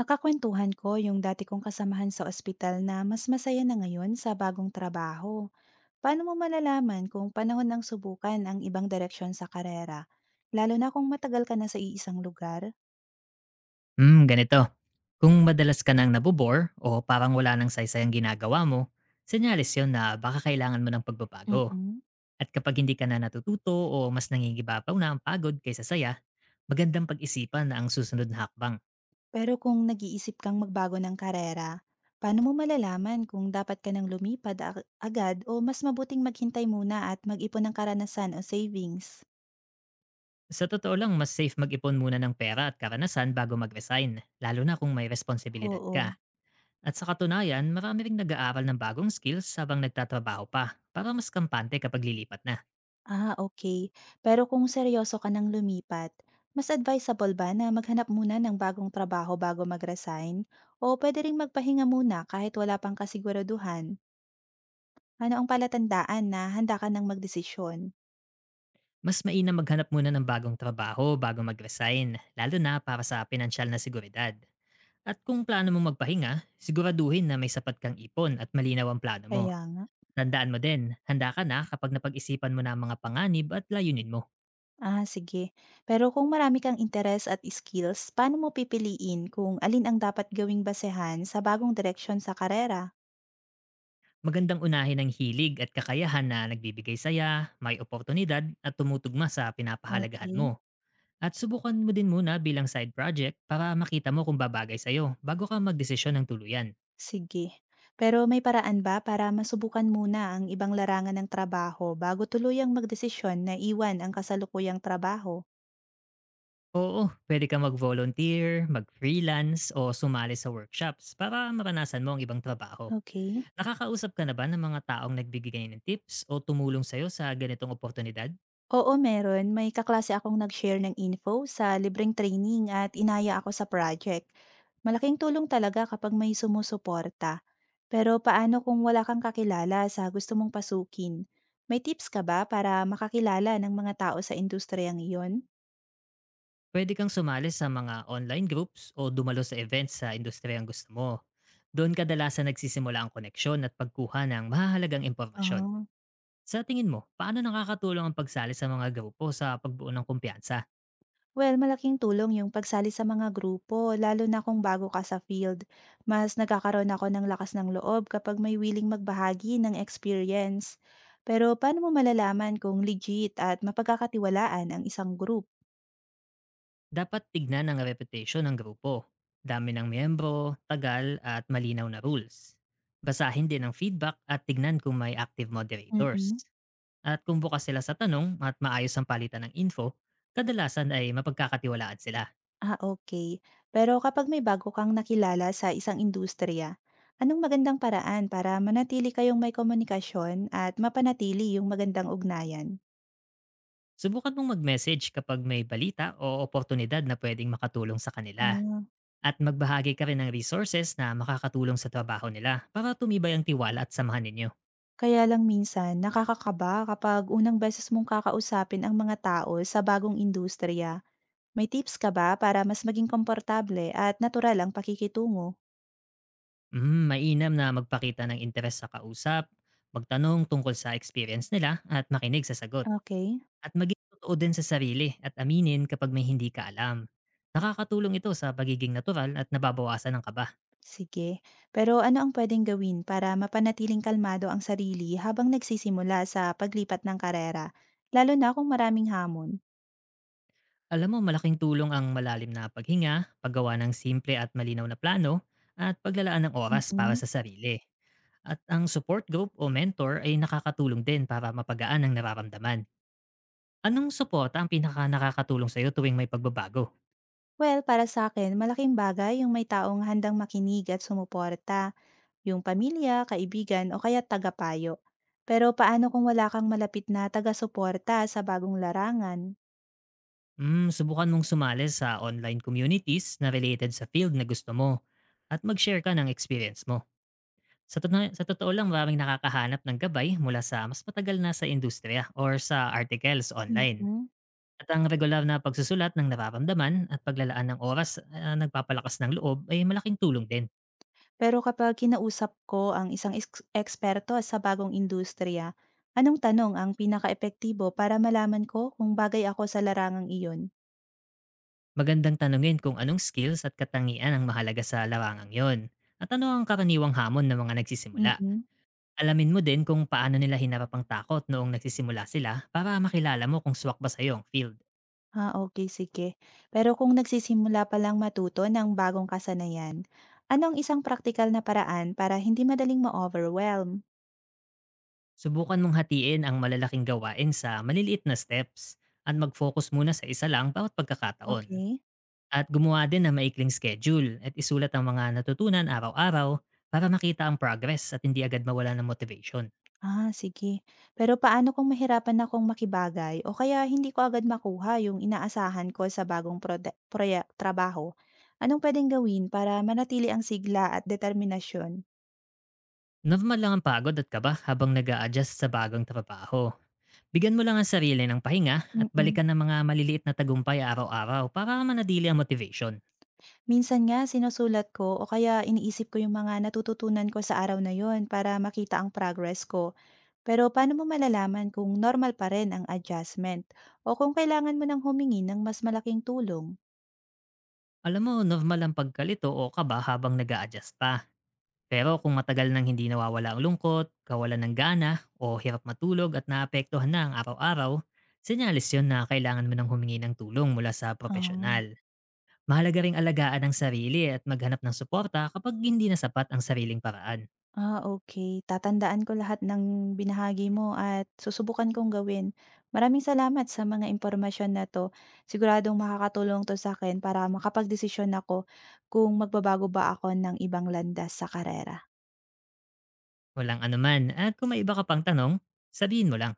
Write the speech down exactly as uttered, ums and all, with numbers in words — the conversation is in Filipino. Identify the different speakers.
Speaker 1: Nakakwentuhan ko yung dati kong kasamahan sa ospital na mas masaya na ngayon sa bagong trabaho. Paano mo malalaman kung panahon ng subukan ang ibang direksyon sa karera? Lalo na kung matagal ka na sa iisang lugar?
Speaker 2: Hmm, ganito. Kung madalas ka nang nabobore o parang wala nang saysay ang ginagawa mo, senyales yon na baka kailangan mo ng pagbabago.
Speaker 1: mm
Speaker 2: At kapag hindi ka na natututo o mas nangingibabaw na ang pagod kaysa saya, magandang pag-isipan na ang susunod na hakbang.
Speaker 1: Pero kung nag-iisip kang magbago ng karera, paano mo malalaman kung dapat ka nang lumipad ag- agad o mas mabuting maghintay muna at mag-ipon ng karanasan o savings?
Speaker 2: Sa totoo lang, mas safe mag-ipon muna ng pera at karanasan bago mag-resign, lalo na kung may responsibilidad
Speaker 1: Oo.
Speaker 2: ka. At sa katunayan, marami ring nag-aaral ng bagong skills habang nagtatrabaho pa, para mas kampante kapag lilipat na.
Speaker 1: Ah, okay. Pero kung seryoso ka ng lumipat, mas advisable ba na maghanap muna ng bagong trabaho bago mag-resign o puwede ring magpahinga muna kahit wala pang kasiguraduhan? Ano ang palatandaan na handa ka ng magdesisyon?
Speaker 2: Mas mainam maghanap muna ng bagong trabaho bago mag-resign, lalo na para sa pinansyal na seguridad. At kung plano mo magpahinga, siguraduhin na may sapat kang ipon at malinaw ang plano mo.
Speaker 1: Kaya nga.
Speaker 2: Tandaan mo din, handa ka na kapag napag-isipan mo na ang mga panganib at layunin mo.
Speaker 1: Ah, sige. Pero kung marami kang interes at skills, paano mo pipiliin kung alin ang dapat gawing basehan sa bagong direksyon sa karera?
Speaker 2: Magandang unahin ang hilig at kakayahan na nagbibigay saya, may oportunidad at tumutugma sa pinapahalagahan mo.
Speaker 1: Okay.
Speaker 2: At subukan mo din muna bilang side project para makita mo kung babagay sa'yo bago ka magdesisyon ng tuluyan.
Speaker 1: Sige. Pero may paraan ba para masubukan muna ang ibang larangan ng trabaho bago tuluyang magdesisyon na iwan ang kasalukuyang trabaho?
Speaker 2: Oo, pwede kang mag-volunteer, mag-freelance o sumali sa workshops para maranasan mo ang ibang trabaho.
Speaker 1: Okay.
Speaker 2: Nakakausap ka na ba ng mga taong nagbibigay ng tips o tumulong sa'yo sa ganitong oportunidad?
Speaker 1: Oo, meron. May kaklase akong nag-share ng info sa libreng training at inaya ako sa project. Malaking tulong talaga kapag may sumusuporta. Pero paano kung wala kang kakilala sa gusto mong pasukin? May tips ka ba para makakilala ng mga tao sa industriyang iyon?
Speaker 2: Pwede kang sumali sa mga online groups o dumalo sa events sa industriyang gusto mo. Doon kadalasan nagsisimula ang koneksyon at pagkuha ng mahalagang impormasyon.
Speaker 1: Ah.
Speaker 2: Sa tingin mo, paano nakakatulong ang pagsali sa mga grupo sa pagbuo ng kumpiyansa?
Speaker 1: Well, malaking tulong yung pagsali sa mga grupo, lalo na kung bago ka sa field. Mas nagkakaroon ako ng lakas ng loob kapag may willing magbahagi ng experience. Pero paano mo malalaman kung legit at mapagkakatiwalaan ang isang group?
Speaker 2: Dapat tignan ang reputation ng grupo, dami ng miyembro, tagal at malinaw na rules. Basahin din ang feedback at tignan kung may active moderators.
Speaker 1: mm
Speaker 2: At kung bukas sila sa tanong at maayos ang palitan ng info, kadalasan ay mapagkakatiwalaan sila.
Speaker 1: Ah, okay. Pero kapag may bago kang nakilala sa isang industriya, anong magandang paraan para manatili kayong may komunikasyon at mapanatili yung magandang ugnayan?
Speaker 2: Subukan mong mag-message kapag may balita o oportunidad na pwedeng makatulong sa kanila.
Speaker 1: Ah,
Speaker 2: At magbahagi ka rin ng resources na makakatulong sa trabaho nila para tumibay ang tiwala at samahan ninyo.
Speaker 1: kaya lang minsan nakakakaba kapag unang beses mong kakausapin ang mga tao sa bagong industriya. May tips ka ba para mas maging komportable at natural ang pakikitungo?
Speaker 2: Mm, mainam na magpakita ng interes sa kausap, magtanong tungkol sa experience nila at makinig sa sagot.
Speaker 1: Okay.
Speaker 2: At maging totoo din sa sarili at aminin kapag may hindi ka alam. Nakakatulong ito sa pagiging natural at nababawasan ng kaba.
Speaker 1: Sige. Pero ano ang puwedeng gawin para mapanatiling kalmado ang sarili habang nagsisimula sa paglipat ng karera, lalo na kung maraming hamon?
Speaker 2: Alam mo, malaking tulong ang malalim na paghinga, paggawa ng simple at malinaw na plano, at paglalaan ng oras para
Speaker 1: Mm.
Speaker 2: sa sarili. At ang support group o mentor ay nakakatulong din para mapagaan ang nararamdaman. Anong suporta ang pinaka nakakatulong sa iyo tuwing may pagbabago?
Speaker 1: Well, para sa akin malaking bagay yung may taong handang makinig at sumuporta. Yung pamilya, kaibigan o kaya tagapayo. Pero paano kung wala kang malapit na taga-suporta sa bagong larangan?
Speaker 2: Mm, subukan mong sumali sa online communities na related sa field na gusto mo at mag-share ka ng experience mo. Sa, totoo- sa totoo lang, maraming nakakahanap ng gabay mula sa mas matagal na sa industriya or sa articles online.
Speaker 1: Mhm.
Speaker 2: At ang regular na pagsusulat ng nararamdaman at paglalaan ng oras ah, nagpapalakas ng loob ay malaking tulong din.
Speaker 1: Pero kapag kinausap ko ang isang eks- eksperto sa bagong industriya, anong tanong ang pinaka-epektibo para malaman ko kung bagay ako sa larangang iyon?
Speaker 2: Magandang tanungin kung anong skills at katangian ang mahalaga sa larangang yon. At ano ang karaniwang hamon ng mga nagsisimula.
Speaker 1: Mm.
Speaker 2: Alamin mo din kung paano nila hinarap ang takot noong nagsisimula sila para makilala mo kung swak ba sa iyong field.
Speaker 1: Ah, okay, sige. Pero kung nagsisimula pa lang matuto ng bagong kasanayan, anong isang praktikal na paraan para hindi madaling ma-overwhelm?
Speaker 2: Subukan mong hatiin ang malalaking gawain sa maliliit na steps at mag-focus muna sa isa lang bawat pagkakataon.
Speaker 1: Okay.
Speaker 2: At gumawa din ng maikling schedule at isulat ang mga natutunan araw-araw para makita ang progress at hindi agad mawala ng motivation.
Speaker 1: Ah, sige. Pero paano kung mahirapan akong makibagay o kaya hindi ko agad makuha yung inaasahan ko sa bagong prode- proye- trabaho? Anong pwedeng gawin para manatili ang sigla at determinasyon?
Speaker 2: Normal lang ang pagod at kaba habang nag adjust sa bagong trabaho. Bigyan mo lang ang sarili ng pahinga at
Speaker 1: mm
Speaker 2: balikan ng mga maliliit na tagumpay araw-araw para manadili ang motivation.
Speaker 1: Minsan nga sinusulat ko o kaya iniisip ko yung mga natututunan ko sa araw na yon para makita ang progress ko. Pero paano mo malalaman kung normal pa rin ang adjustment o kung kailangan mo nang humingi ng mas malaking tulong?
Speaker 2: Alam mo, normal ang pagkalito o kaba habang nag adjust pa. Pero kung matagal nang hindi nawawala ang lungkot, kawalan ng gana, o hirap matulog at naapektuhan na ang araw-araw, senyales yon na kailangan mo nang humingi ng tulong mula sa
Speaker 1: Ah.
Speaker 2: profesional. Mahalaga ring alagaan ang sarili at maghanap ng suporta kapag hindi na sapat ang sariling paraan.
Speaker 1: Ah, okay, tatandaan ko lahat ng binahagi mo at susubukan kong gawin. Maraming salamat sa mga impormasyon na 'to. Siguradong makakatulong 'to sa akin para makapagdesisyon ako kung magbabago ba ako ng ibang landas sa karera.
Speaker 2: Walang anuman at kung may iba ka pang tanong, sabihin mo lang.